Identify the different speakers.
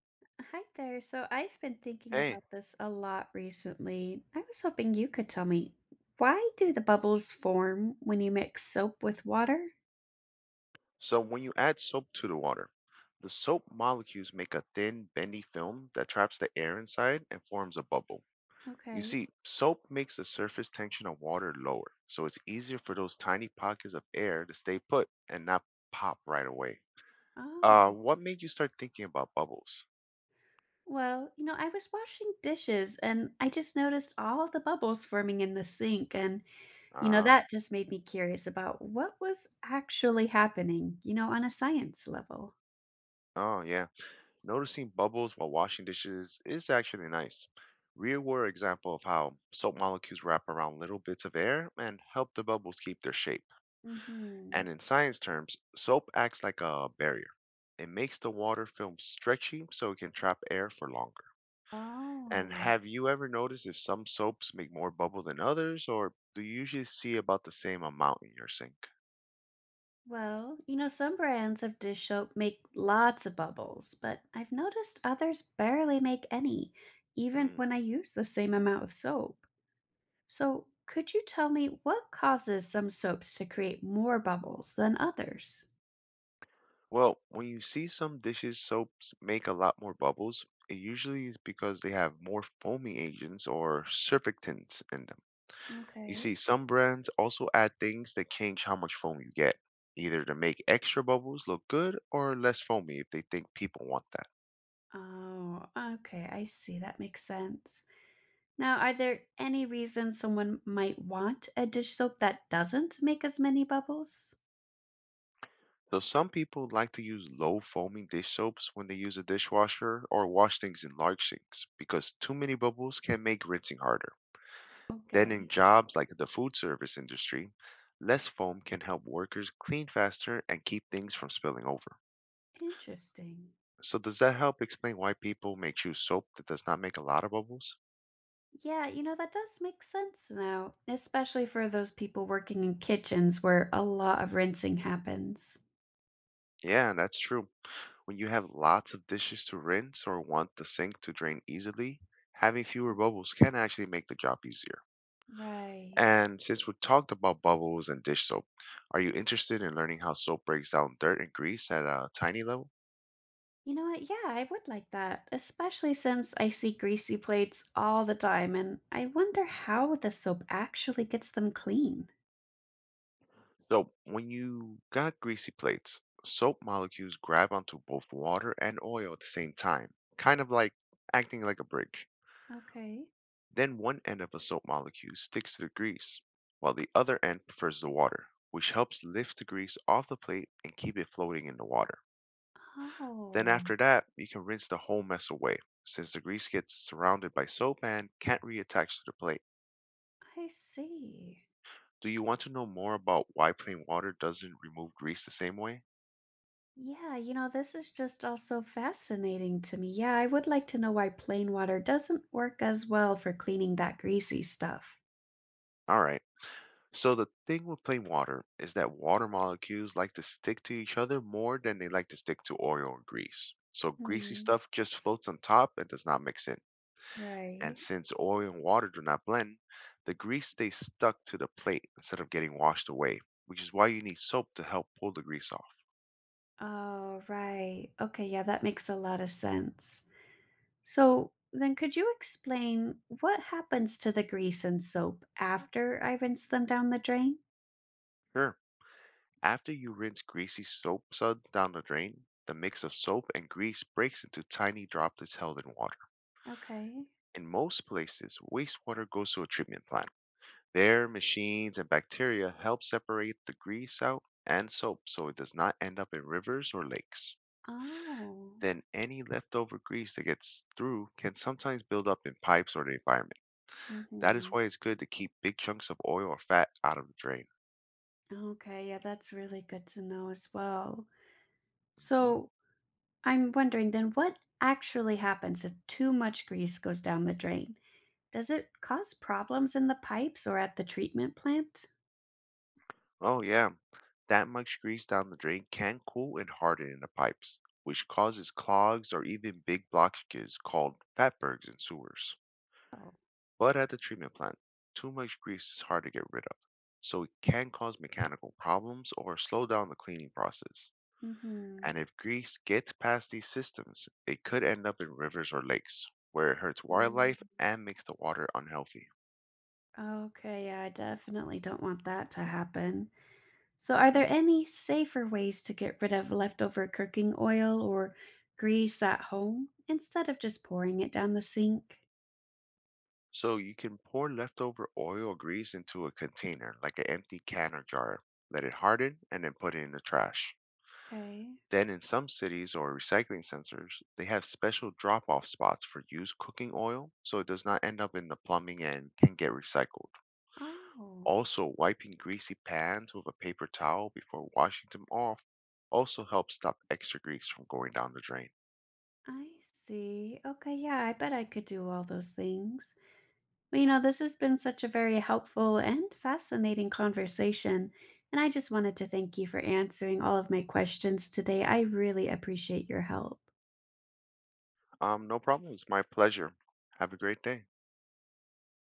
Speaker 1: Hi there. So I've been thinking
Speaker 2: Hey,
Speaker 1: about this a lot recently. I was hoping you could tell me why do the bubbles form when you mix soap with water?
Speaker 2: so when you add soap to the water, the soap molecules make a thin, bendy film that traps the air inside and forms a bubble. You
Speaker 1: Okay.
Speaker 2: see, soap makes the surface tension of water lower, so it's easier for those tiny pockets of air to stay put and not pop right away.
Speaker 1: Oh.
Speaker 2: What made you start thinking about bubbles?
Speaker 1: Well, I was washing dishes and I just noticed all the bubbles forming in the sink and
Speaker 2: Ah,
Speaker 1: that just made me curious about what was actually happening on a science level.
Speaker 2: oh yeah. Noticing bubbles while washing dishes is actually nice. Real world example of how soap molecules wrap around little bits of air and help the bubbles keep their shape.
Speaker 1: Mhm.
Speaker 2: And in science terms, soap acts like a barrier. It makes the water film stretchy so it can trap air for longer. And
Speaker 1: Oh.
Speaker 2: have you ever noticed if some soaps make more bubble than others, or do you usually see about the same amount in your sink?
Speaker 1: Well, some brands of dish soap make lots of bubbles, but I've noticed others barely make any, even
Speaker 2: Mm.
Speaker 1: when I use the same amount of soap. So, could you tell me what causes some soaps to create more bubbles than others?
Speaker 2: Well, when you see some dishes soaps make a lot more bubbles, it usually is because they have more foamy agents or surfactants in them. You
Speaker 1: Okay.
Speaker 2: see, some brands also add things that change how much foam you get, either to make extra bubbles look good or less foamy if they think people want that.
Speaker 1: Oh, okay, I see. That makes sense. Now, are there any reasons someone might want a dish soap that doesn't make as many bubbles?
Speaker 2: So, some people like to use low foaming dish soaps when they use a dishwasher or wash things in large sinks because too many bubbles can make rinsing harder. Then, in
Speaker 1: Okay,
Speaker 2: jobs like the food service industry, less foam can help workers clean faster and keep things from spilling over.
Speaker 1: interesting.
Speaker 2: So, does that help explain why people may choose soap that does not make a lot of bubbles?
Speaker 1: Yeah, that does make sense now, especially for those people working in kitchens where a lot of rinsing happens.
Speaker 2: Yeah, that's true. When you have lots of dishes to rinse or want the sink to drain easily, having fewer bubbles can actually make the job easier.
Speaker 1: Right.
Speaker 2: And since we talked about bubbles and dish soap, are you interested in learning how soap breaks down dirt and grease at a tiny level?
Speaker 1: What? Yeah, I would like that, especially since I see greasy plates all the time and I wonder how the soap actually gets them clean.
Speaker 2: So, when you got greasy plates, soap molecules grab onto both water and oil at the same time, kind of like acting like a bridge.
Speaker 1: Okay.
Speaker 2: Then one end of a soap molecule sticks to the grease, while the other end prefers the water, which helps lift the grease off the plate and keep it floating in the water. Then
Speaker 1: Oh,
Speaker 2: after that, you can rinse the whole mess away, since the grease gets surrounded by soap and can't reattach to the plate.
Speaker 1: I see.
Speaker 2: Do you want to know more about why plain water doesn't remove grease the same way?
Speaker 1: Yeah, this is just also fascinating to me. Yeah, I would like to know why plain water doesn't work as well for cleaning that greasy stuff.
Speaker 2: Alright, so the thing with plain water is that water molecules like to stick to each other more than they like to stick to oil or grease. So greasy
Speaker 1: Mhm.
Speaker 2: stuff just floats on top and does not mix in. And
Speaker 1: Right.
Speaker 2: since oil and water do not blend, the grease stays stuck to the plate instead of getting washed away, which is why you need soap to help pull the grease off.
Speaker 1: Oh, right. Okay, yeah, that makes a lot of sense. So then could you explain what happens to the grease and soap after I rinse them down the drain?
Speaker 2: Sure. After you rinse greasy soap suds down the drain, the mix of soap and grease breaks into tiny droplets held in water.
Speaker 1: Okay.
Speaker 2: In most places, wastewater goes to a treatment plant. Their machines and bacteria help separate the grease out and soap so it does not end up in rivers or lakes.
Speaker 1: Oh.
Speaker 2: Then any leftover grease that gets through can sometimes build up in pipes or the environment. That is
Speaker 1: Mm-hmm.
Speaker 2: why it's good to keep big chunks of oil or fat out of the drain.
Speaker 1: Okay, yeah, that's really good to know as well.
Speaker 2: Mhm.
Speaker 1: So I'm wondering then what actually happens if too much grease goes down the drain? Does it cause problems in the pipes or at the treatment plant?
Speaker 2: Oh, yeah. That much grease down the drain can cool and harden in the pipes, which causes clogs or even big blockages called fatbergs in sewers.
Speaker 1: Oh.
Speaker 2: But at the treatment plant, too much grease is hard to get rid of, so it can cause mechanical problems or slow down the cleaning process.
Speaker 1: Mm-hmm.
Speaker 2: And if grease gets past these systems, it could end up in rivers or lakes, where it hurts
Speaker 1: Mm,
Speaker 2: wildlife and makes the water unhealthy.
Speaker 1: okay, yeah, I definitely don't want that to happen. So, are
Speaker 2: Hmm?
Speaker 1: there any safer ways to get rid of leftover cooking oil or grease at home instead of just pouring it down the sink?
Speaker 2: So you can pour leftover oil or grease into a container, like an empty can or jar, let it harden, and then put it in the trash.
Speaker 1: Okay.
Speaker 2: Then, in some cities or recycling centers, they have special drop off spots for used cooking oil so it does not end up in the plumbing and can get recycled.
Speaker 1: Oh,
Speaker 2: Also, wiping greasy pans with a paper towel before washing them off also helps stop extra grease from going down the drain.
Speaker 1: I see. Okay, yeah, I bet I could do all those things. Well, this has been such a very helpful and fascinating conversation, and I just wanted to thank you for answering all of my questions today. I really appreciate your help.
Speaker 2: No problem. It's my pleasure. Have a great day.